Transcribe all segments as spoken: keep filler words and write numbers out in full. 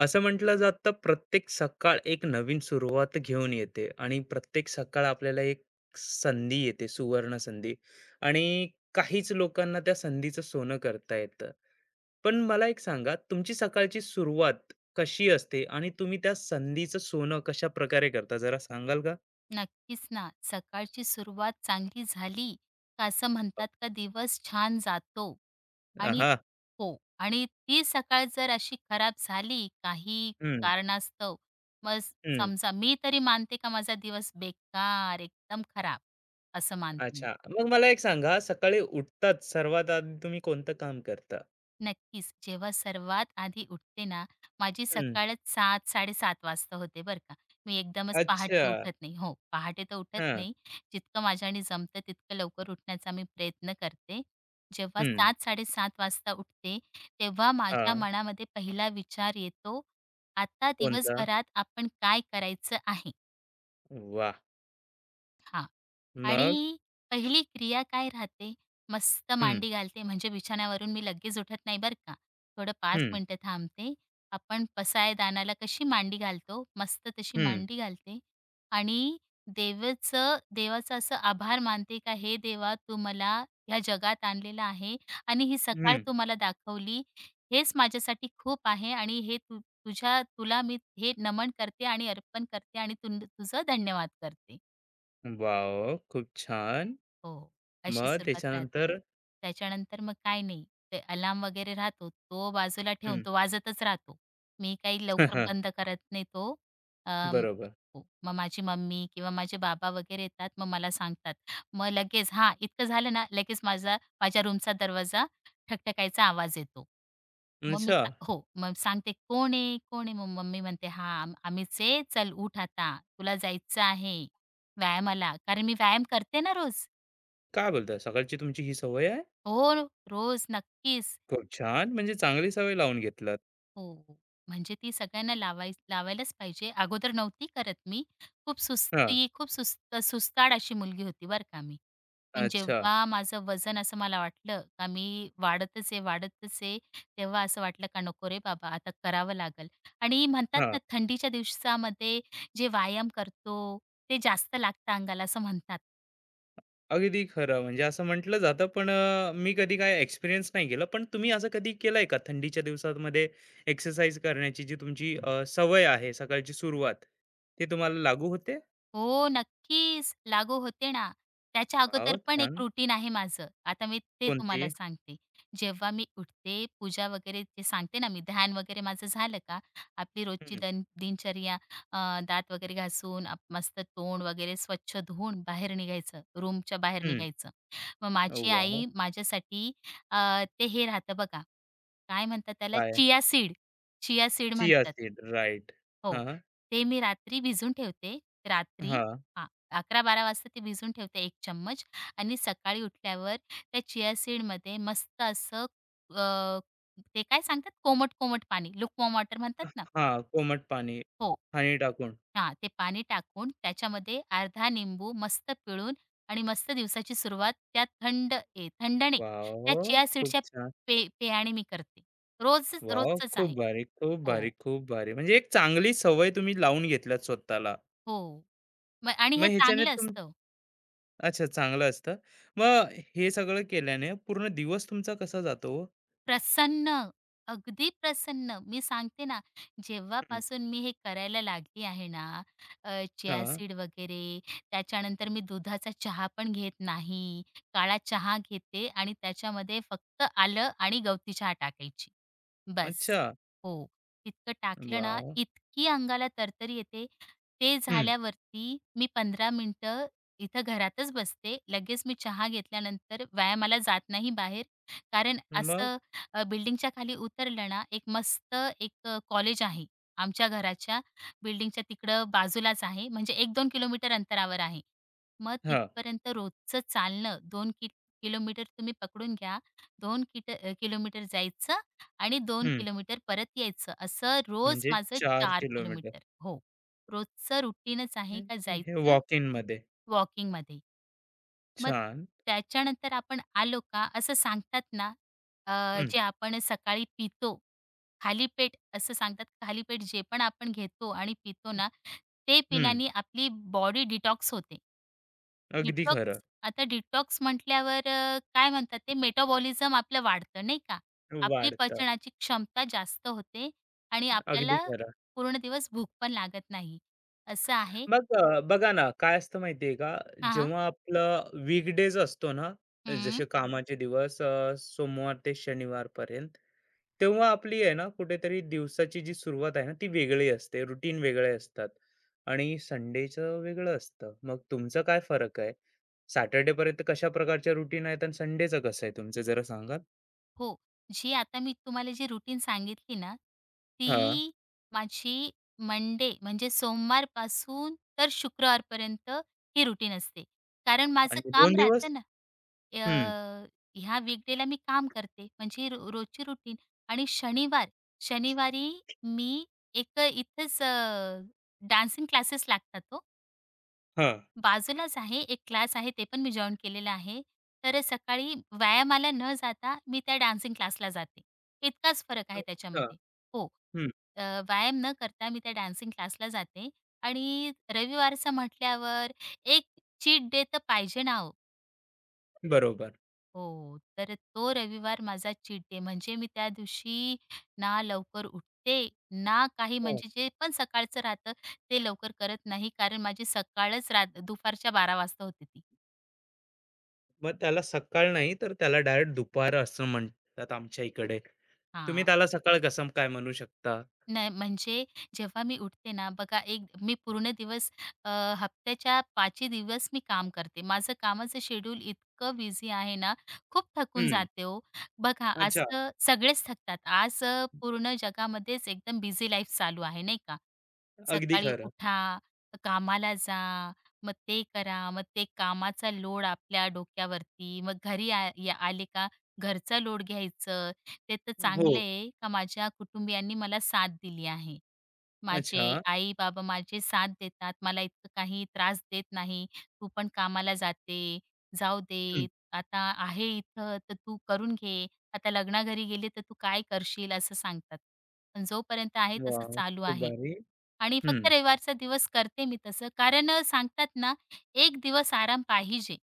असं म्हटलं जातं प्रत्येक सकाळ एक नवीन सुरुवात घेऊन येते आणि प्रत्येक सकाळ आपल्याला एक संधी येते सुवर्ण संधी आणि काहीच लोकांना त्या संधीचं सोनं करता येतं. पण मला एक सांगा, तुमची सकाळची सुरुवात कशी असते आणि तुम्ही त्या संधीचं सोनं कशा प्रकारे करता जरा सांगाल का? नक्कीच ना. सकाळची सुरुवात चांगली झाली का असं म्हणतात का दिवस छान जातो. आणि हा. हो. आणि ती सकाळ जर अशी खराब झाली काही हम्म. कारणास्तव, मग हम्म. समजा मी तरी मानते का माझा दिवस बेकार, एकदम खराब असं मानते मी. अच्छा, मग मला एक सांगा, सकाळी उठताच सर्वात आधी तुम्ही कोणतं काम करता? नक्कीच. जेव्हा सर्वात आधी उठते ना, माझी हम्म. सकाळच सात-साडे सात वाजता होते बरं का. मी एकदमच अच्छा. पहाटे उठत नाही. हो, पहाटे तर उठत हा. नाही. जितकं माझ्याने जमतं तितकं लवकर उठण्याचा मी प्रयत्न करते. जेव्हा हम्म. सात-साडे सात वाजता उठते, तेव्हा हा. माझ्या मनामध्ये पहिला विचार येतो, आता कोणता? दिवसभरात आपण काय करायचं आहे? वाह! हां. आणि मग? पहिली क्रिया काय राहते? मस्त हं. मांडी घालते म्हणजे बिछाण्यावरून मी लगेच उठत नाही बरं का. थोडं पाच हं. मिनिटं थांबते. आपण पसायदानाला कशी मांडी घालतो, मस्त तशी हं. मांडी घालते आणि देवाचं देवाचं असं आभार मानते का, "हे देवा तू मला ह्या जगात आणलेलं आहे आणि ही सकाळ हं. तू मला दाखवली. हेच माझ्यासाठी खूप आहे आणि हे तू तुझ्या तुला मी हे नमन करते आणि अर्पण करते आणि तुन तुझं धन्यवाद करते." वॉव! खूप छान. हो. अशी मग सुरुवात राहते. त्याच्यानंतर? त्याच्यानंतर मग काय नाही, ते अलार्म वगैरे राहतो, तो बाजूला ठेवून हं. तो वाजतच राहतो. मी काही लवकर बंद करत नाही तो. अं, बरोबर. हो. मग माझी मम्मी किंवा माझे बाबा वगैरे येतात, मग मला सांगतात. मग लगेच हां, इतकं झालं ना, लगेच माझा माझ्या रूमचा दरवाजा ठकठकायचा आवाज येतो. मग मी अच्छा. सा हो. मग सांगते, "कोण आहे? कोण आहे?" मग मम्मी म्हणते, "हां, आम्हीच आहे. चल उठ आता. तुला जायचं आहे व्यायामाला." कारण मी व्यायाम करते ना रोज. काय बोलताय? सकाळची तुमची ही सवय आहे? हो, रोज नक्कीच. खूप छान. म्हणजे चांगली सवय लावून घेतलात. हो. हो. म्हणजे ती सगळ्यांना लावाय लावायलाच पाहिजे. अगोदर नव्हती करत मी. खूप हां. सुस्ती, खूप सुस्त सुस्ताड अशी मुलगी होती बरं का मी. पण अच्छा. जेव्हा माझं वजन असं मला वाटलं का मी वाढतच आहे, वाढतच आहे, तेव्हा असं वाटलं का नको रे बाबा, आता करावं लागेल. आणि म्हणतात हां. ना थंडीच्या दिवसामध्ये जे व्यायाम करतो, ते जास्त लागतं अंगाला असं म्हणतात. अगदी खरं. म्हणजे असं म्हटलं जातं, पण अ, मी कधी काय एक्सपिरियन्स नाही केलं. पण तुम्ही असं कधी केलंय का? थंडीच्या दिवसांमध्ये एक्सरसाइज करण्याची जी तुमची अ, सवय आहे, सकाळची सुरुवात, ते तुम्हाला लागू होते? हो, नक्कीच लागू होते ना. त्याच्या वॉव! अगोदर पण एक छान. रुटीन आहे माझं. आता मी ते कोणती? तुम्हाला सांगते. जेव्हा मी उठते, पूजा वगैरे ते सांगते ना मी ध्यान वगैरे माझं झालं का, आपली रोजची हं. दन, दिनचर्या अ, दात वगैरे घासून, आप मस्त तोंड वगैरे स्वच्छ धुवून बाहेर निघायचं, रूमच्या बाहेर हं. निघायचं. मग माझी वाह! आई माझ्यासाठी अ, ते हे राहतं बघा, काय म्हणतात त्याला? काय? Chia seed. Chia seed chia म्हणतात. Seed right. हो. हां, हां, ते मी रात्री भिजून ठेवते. रात्री हां, अकरा बारा वाजता ते भिजून ठेवते एक चम्मच आणि सकाळी उठल्यावर त्या चिया सीडमध्ये मस्त असं अ, ते काय सांगतात कोमट-कोमट पाणी, लुकवॉर्म वॉटर म्हणतात ना? हां. कोमट पाणी, हो. हनी टाकून. हां, ते पाणी टाकून त्याच्यामध्ये अर्धा निंबू मस्त पिळून आणि मस्त दिवसाची सुरुवात त्या थंड ए थंड त्या वॉव! चिया खूप सीडच्या छान. पे पेयाने मी करते. रोज वॉव! रोजच खूप आहे. भारी, खूप हो, भारी, खूप भारी. म्हणजे एक चांगली सवय तुम्ही लावून घेतल्यात स्वतःला. हो. मग आणि मग हे ह्याच्याने चांगलं तुम असतं. अच्छा, चांगलं असतं. मग हे सगळं केल्याने पूर्ण दिवस तुमचा कसा जातो ओ? प्रसन्न, अगदी प्रसन्न. मी सांगते ना, हं. जेव्हापासून मी हे करायला लागली आहे ना, अ, चिया सीड वगैरे, त्याच्यानंतर मी दुधाचा चहा पण घेत नाही. काळा चहा घेते आणि त्याच्यामध्ये फक्त आलं आणि गवती चहा टाकायची. बस. अच्छा. हो. इतकं टाकलं ना, वॉव! इतकी अंगाला तरतरी येते. ते हं. झाल्यावरती मी पंधरा मिनिटं इथं घरातच बसते. लगेच मी चहा घेतल्यानंतर व्यायामाला जात नाही बाहेर. कारण मग? असं अ, बिल्डिंगच्या खाली उतरलं ना, एक मस्त एक अ, कॉलेज आहे. आमच्या घराच्या बिल्डिंगच्या तिकडं बाजूलाच आहे. म्हणजे एक दोन किलोमीटर अंतरावर आहे. मग हां. तिथपर्यंत रोजचं चालणं दोन कि किलोमीटर तुम्ही पकडून घ्या. दोन किट अ, किलोमीटर जायचं आणि दोन हं. किलोमीटर परत यायचं. असं रोज म्हणजे माझं चार चार किलोमीटर. किलोमीटर. हो, रोजचं रुटीनच आहे का जायचं वॉकिंगमध्ये. वॉकिंगमध्ये. मग छान. त्याच्यानंतर आपण आलो का असं सांगतात ना, अ, हं, जे आपण सकाळी पितो, खाली पेट असं सांगतात, खाली पेट जे पण आपण घेतो आणि पितो ना, ते हं. पिल्याने आपली बॉडी डिटॉक्स होते. अगदी खरं. डिटॉक्स आता डिटॉक्स म्हटल्यावर अ, काय म्हणतात ते मेटाबॉलिझम आपलं वाढतं नाही का? आपली वाढतं. पचनाची क्षमता जास्त होते आणि अगदी आपल्याला खरं. पूर्ण दिवस भूक पण लागत नाही. असं आहे. मग अ, बघा ना, काय असतं माहितीये का? हां, हां. जेव्हा आपलं वीकडे असतो ना, जसे कामाचे दिवस, अ, सोमवार ते शनिवारपर्यंत, तेव्हा आपली आहे ना कुठेतरी दिवसाची जी सुरुवात आहे ना, ती वेगळी असते. रुटीन वेगळे असतात आणि संडेचं वेगळं असतं. मग तुमचा काय फरक आहे? सॅटर्डेपर्यंत कशा प्रकारच्या रुटीन आहेत आणि संडेचं कसं आहे तुमचं जरा सांगाल? हो. जी आता मी तुम्हाला जी रुटीन सांगितली ना, हां. ती माझी मंडे म्हणजे सोमवारपासून तर शुक्रवारपर्यंत ही रुटीन असते. कारण माझं आणि दोन काम दिवस? राहतं ना, हं. अ, ह्या वीकडे मी काम करते म्हणजे रो रोजची रुटीन आणि शनिवार, शनिवारी मी एक इथेच अ, डान्सिंग क्लासेस लागतात हो. हां. बाजूलाच आहे एक क्लास आहे, ते पण मी जॉइन केलेलं आहे. तर सकाळी व्यायामाला न जाता मी त्या डान्सिंग क्लासला जाते. इतकाच फरक आहे अच्छा. त्याच्यामध्ये. हो. हं. अ, व्यायाम न करता मी त्या डान्सिंग क्लासला जाते आणि रविवारचं म्हटल्यावर एक चीट डे तर पाहिजे ना हो. बरोबर. हो. तर तो रविवार माझा चीट डे म्हणजे मी त्या दिवशी ना लवकर उठते, ना काही हो. म्हणजे जे पण सकाळचं राहतं ते लवकर करत नाही कारण माझी सकाळच रात दुपारच्या बारा वाजता होती ती. मग त्याला सकाळ नाही, तर त्याला डायरेक्ट दुपार असं म्हणतात आमच्या इकडे. तुम्ही हां. त्याला सकाळ कसं काय म्हणू शकता? नाही म्हणजे जेव्हा मी उठते ना, बघा एक मी पूर्ण दिवस अ, हप्त्याच्या पाचही दिवस मी काम करते. माझं कामाचं शेड्यूल इतकं बिझी आहे ना, खूप थकून हं. जाते हो. बघा अच्छा. असं सगळेच थकतात. आज अ, पूर्ण जगामध्येच एकदम बिझी लाईफ चालू आहे नाही का? अगदी सकाळी खरं. उठा, कामाला जा, मग ते करा, मग ते कामाचा लोड आपल्या डोक्यावरती, मग घरी आ या आले का घरचा लोड घ्यायचं, ते तर हो. चांगलं आहे का माझ्या कुटुंबियांनी मला साथ दिली आहे. माझे अच्छा. आई-बाबा माझे साथ देतात. मला इतकं काही त्रास देत नाही. "तू पण कामाला जाते, जाऊ हं. दे. आता आहे इथं, तर तू करून घे. आता लग्नाघरी गेले तर तू काय करशील?" असं सांगतात. पण जोपर्यंत आहे तसं वाह! चालू खूप आहे. भारी. आणि फक्त हं. रविवारचा दिवस करते मी तसं. कारण सांगतात ना, एक दिवस आराम पाहिजे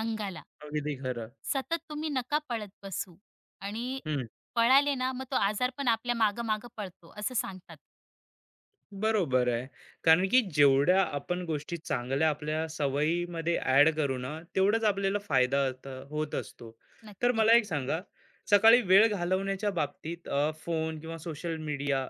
अंगाला. अगदी खरं. सतत तुम्ही नका पळत बसू आणि हं. पळाले ना, मग तो आजार पण आपल्या मागं-मागं पळतो, असं सांगतात. बरोबर आहे. कारण की जेवढ्या आपण गोष्टी चांगल्या आपल्या सवयीमध्ये ॲड करू ना, तेवढाच आपल्याला फायदा होत होत असतो. तर मला नक्कीच. एक सांगा, सकाळी वेळ घालवण्याच्या बाबतीत अ, फोन किंवा सोशल मीडिया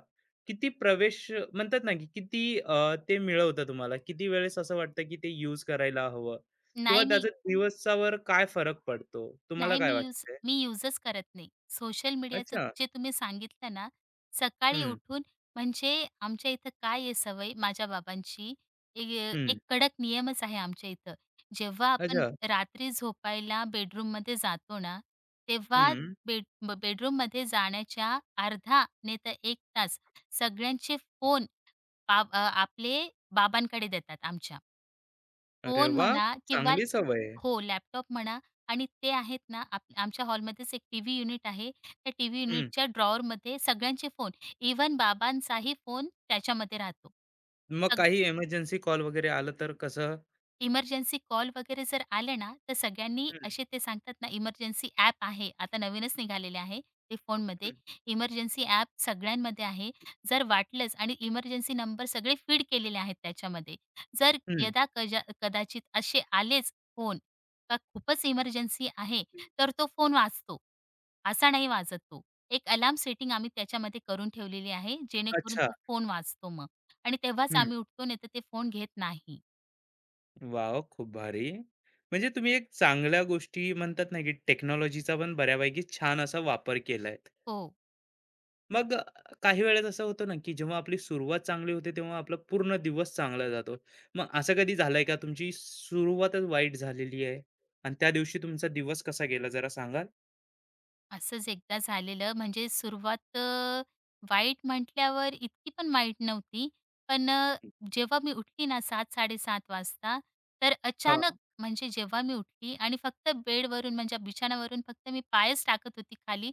किती प्रवेश म्हणतात ना, की किती अ, ते मिळवतं तुम्हाला? किती वेळेस असं वाटतं, की ते यूज करायला हवं? किंवा नाही मी त्याचा दिवसावर काय फरक पडतो? तुम्हाला नाही काय मी यूज वाटतंय? मी यूजच करत नाही. सोशल मीडियाचं अच्छा. जे तुम्ही सांगितलं ना, सकाळी हं, उठून म्हणजे आमच्या इथं काय आहे सवय माझ्या बाबांची, ए एक हं. कडक नियमच आहे आमच्या इथं. जेव्हा आपण अच्छा. रात्री झोपायला बेडरूममध्ये जातो ना, तेव्हा हं. बेड ब- बेडरूममध्ये जाण्याच्या अर्धा नाही तर एक तास सगळ्यांचे फोन बाब अ, आपले बाबांकडे देतात आमच्या. अरे फोन वाह! म्हणा किंवा चांगली सवय आहे. हो, लॅपटॉप म्हणा आणि ते आहेत ना, आप आमच्या हॉलमध्येच एक टीव्ही युनिट आहे. त्या टीव्ही युनिटच्या ड्रॉवरमध्ये सगळ्यांचे फोन, इव्हन बाबांचाही फोन त्याच्यामध्ये राहतो. मग सग काही एमर्जन्सी कॉल वगैरे आलं तर कसं? इमर्जन्सी कॉल वगैरे जर आले ना, तर सगळ्यांनी हं, असे ते सांगतात ना, इमर्जन्सी ॲप आहे. आता नवीनच निघालेले आहे ते फोनमध्ये. हं. इमर्जन्सी ॲप सगळ्यांमध्ये आहे. जर वाटलंच आणि इमर्जन्सी नंबर सगळे फीड केलेले आहेत त्याच्यामध्ये. जर हं. यदा कजा कदाचित असे आलेच फोन का खूपच इमर्जन्सी आहे, तर तो फोन वाजतो. असा नाही वाजत तो. एक अलार्म सेटिंग आम्ही त्याच्यामध्ये करून ठेवलेली आहे, जेणेकरून अच्छा. तो फोन वाजतो मग आणि तेव्हाच हं. आम्ही उठतो, नाही तर ते फोन घेत नाही. वॉव! खूप भारी. म्हणजे तुम्ही एक चांगल्या गोष्टी म्हणतात ना, की टेक्नॉलॉजीचा पण बऱ्यापैकी छान असा वापर केलाय. हो. मग अ, काही वेळेस असं होतं ना, की जेव्हा आपली सुरुवात चांगली होते, तेव्हा आपला पूर्ण दिवस चांगला जातो. मग असं कधी झालंय का तुमची सुरुवातच वाईट झालेली आहे आणि त्या दिवशी तुमचा दिवस कसा गेला जरा सांगाल? असंच एकदा झालेलं म्हणजे सुरुवात अ, वाईट म्हटल्यावर इतकी पण वाईट नव्हती. पण अ, जेव्हा मी उठली ना सात-साडे सात वाजता, तर अचानक हां, म्हणजे जेव्हा मी उठली आणि फक्त बेडवरून म्हणजे बिछाण्यावरून फक्त मी पायच टाकत होती खाली,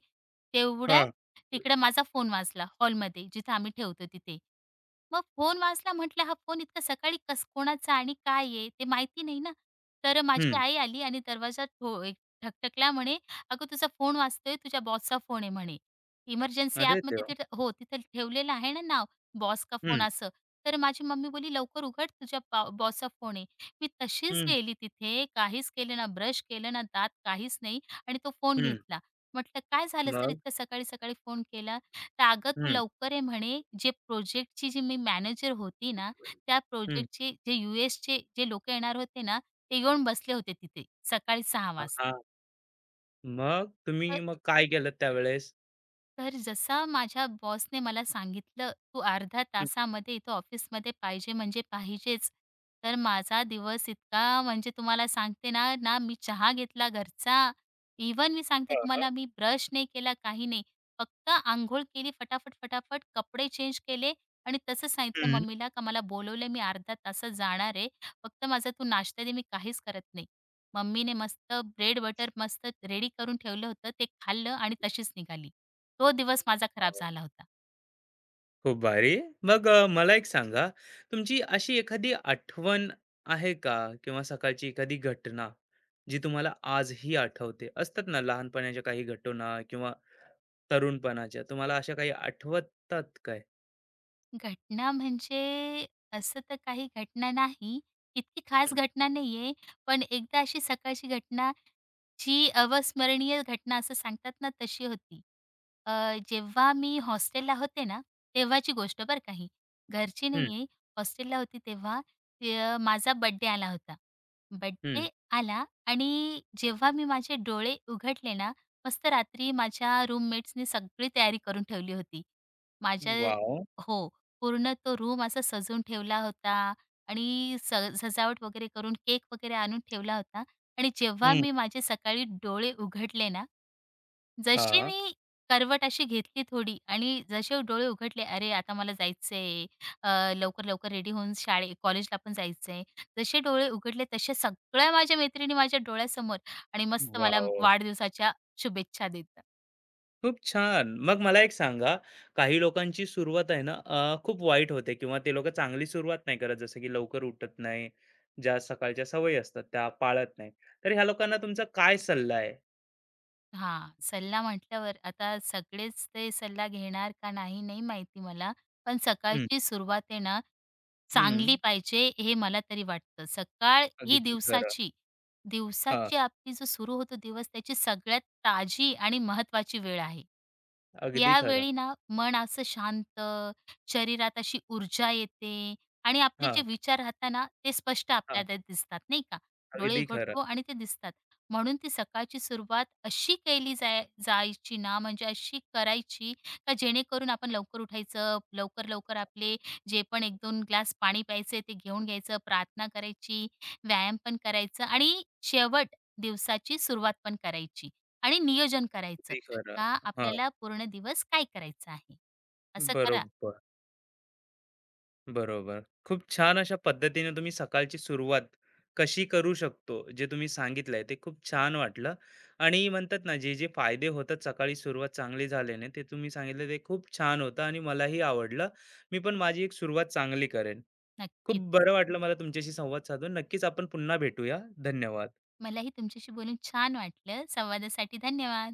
तेवढ्यात हां. तिकडं माझा फोन वाजला हॉलमध्ये जिथं आम्ही ठेवतो तिथे. मग फोन वाजला म्हटलं हा फोन इतका सकाळी कस कोणाचा आणि काय आहे ते माहिती नाही ना. तर माझी हं. आई आली आणि दरवाजा ठो एक ठकठकला म्हणे, "अगं तुझा फोन वाजतोय, तुझ्या बॉसचा फोन आहे" म्हणे. इमर्जन्सी अरे ॲपमध्ये देवा! तिथं हो, तिथं ठेवलेलं आहे ना नाव, बॉस का फोन हं, असं. तर माझी मम्मी बोलली, "लवकर उघड, तुझ्या बॉ बॉसचा फोन आहे." मी तशीच हं, गेली तिथे, काहीच केलं ना, ब्रश केलं ना, दात काहीच नाही आणि तो फोन हं. घेतला. म्हटलं, "काय झालं सर मग? इतका सकाळी-सकाळी फोन केला?" तर "अगं तू लवकर ये" म्हणे. जे प्रोजेक्टची जी मी मॅनेजर होती ना, त्या हं. प्रोजेक्टचे जे यूएसचे जे लोकं येणार होते ना, ते येऊन बसले होते तिथे सकाळी सहा अ, वाजता. हां. मग तुम्ही मग काय केलं त्यावेळेस? तर जसा माझ्या बॉसने मला सांगितलं, "तू अर्ध्या हं. तासामध्ये इथं ऑफिसमध्ये पाहिजे म्हणजे पाहिजेच." तर माझा दिवस इतका म्हणजे तुम्हाला सांगते ना, ना मी चहा घेतला घरचा, इव्हन मी सांगते हां, हां. तुम्हाला मी ब्रश नाही केला, काही नाही. फक्त अंघोळ केली फटाफट, फटाफट, कपडे चेंज केले आणि तसं सांगितलं हं. मम्मीला का मला बोलवलंय, मी अर्ध्या तासात जाणार आहे. फक्त माझा तू नाश्ता दे, मी काहीच करत नाही. मम्मीने मस्त ब्रेड बटर मस्त रेडी करून ठेवलं होतं, ते खाल्लं आणि तशीच निघाली. तो दिवस माझा खराब हो. झाला होता. खूप भारी. मग अ, मला एक सांगा, तुमची अशी एखादी आठवण आहे का? किंवा सकाळची एखादी घटना, जी तुम्हाला आजही आठवते? असतात ना लहानपणाच्या काही घटना किंवा तरुणपणाच्या, तुम्हाला अशा काही आठवतात काय? घटना म्हणजे असं तर काही घटना नाही, इतकी खास हं, घटना नाहीये. पण एकदा अशी सकाळची घटना जी अविस्मरणीय घटना असं सांगतात ना तशी होती. अ, जेव्हा मी हॉस्टेलला होते ना, तेव्हाची गोष्ट बरं का घरची हं, नाही आहे, हॉस्टेलला होती तेव्हा ते अ, माझा बर्थडे आला होता. बर्थडे हं. आला आणि जेव्हा मी माझे डोळे उघडले ना, मस्त रात्री माझ्या रूममेट्सनी सगळी तयारी करून ठेवली होती. माझ्या वॉव! हो, पूर्ण तो रूम असा सजवून ठेवला होता आणि स सजावट वगैरे करून केक वगैरे आणून ठेवला होता. आणि जेव्हा हं. मी माझे सकाळी डोळे उघडले ना, जशी हां. मी करवट अशी घेतली थोडी आणि जसे डोळे उघडले, "अरे, आता मला जायचंय, अ, लवकर-लवकर रेडी होऊन शाळे कॉलेजला पण जायचंय." जसे डोळे उघडले तसे सगळ्या माझ्या मैत्रिणी माझ्या डोळ्यासमोर आणि मस्त मला वॉव! वाढदिवसाच्या शुभेच्छा देतात. खूप छान. मग मला एक सांगा, काही लोकांची सुरुवात आहे ना, अ, खूप वाईट होते किंवा ते लोकं चांगली सुरुवात नाही करत, जसं की लवकर उठत नाही, ज्या सकाळच्या सवयी असतात त्या पाळत नाही. तर ह्या लोकांना तुमचा काय सल्ला आहे? हा, सल्ला म्हटल्यावर आता सगळेच ते सल्ला घेणार का नाही, नाही माहिती मला. पण हं. सकाळची सुरुवात आहे ना, चांगली हं. पाहिजे हे मला तरी वाटतं. सकाळ ही अगदी खरं. दिवसाची हां. दिवसाची आपली जो सुरू होतो दिवस त्याची सगळ्यात ताजी आणि महत्वाची वेळ आहे. अगदी खरं. यावेळी ना मन असं शांत, शरीरात अशी ऊर्जा येते आणि आपले जे हां, विचार राहतात ना, ते स्पष्ट हां. आपल्याला दिसतात, नाही का? डोळे अगदी खरं, उघडतो आणि ते दिसतात. म्हणून ती सकाळची सुरुवात अशी केली जाय जायची ना, म्हणजे अशी करायची का जेणेकरून आपण लवकर उठायचं, लवकर-लवकर आपले जे पण एक दोन ग्लास पाणी प्यायचे ते घेऊन घ्यायचं, प्रार्थना करायची, व्यायाम पण करायचं आणि शेवट दिवसाची सुरुवात पण करायची आणि नियोजन करायचं. अगदी खरं. का हां, आपल्याला पूर्ण दिवस काय करायचं आहे. असं करा. बरोबर. बरोबर. खूप छान अशा पद्धतीने तुम्ही सकाळची सुरुवात कशी करू शकतो, जे तुम्ही सांगितलंय ते खूप छान वाटलं. आणि म्हणतात ना, जे जे फायदे होतात सकाळी सुरुवात चांगली झाल्याने, ते तुम्ही सांगितलं ते खूप छान होतं आणि मलाही आवडलं. मी पण माझी एक सुरुवात चांगली करेन. खूप नक्कीच. बरं वाटलं मला तुमच्याशी संवाद साधून. नक्कीच आपण पुन्हा भेटूया. धन्यवाद. मलाही तुमच्याशी बोलून छान वाटलं. संवादासाठी धन्यवाद.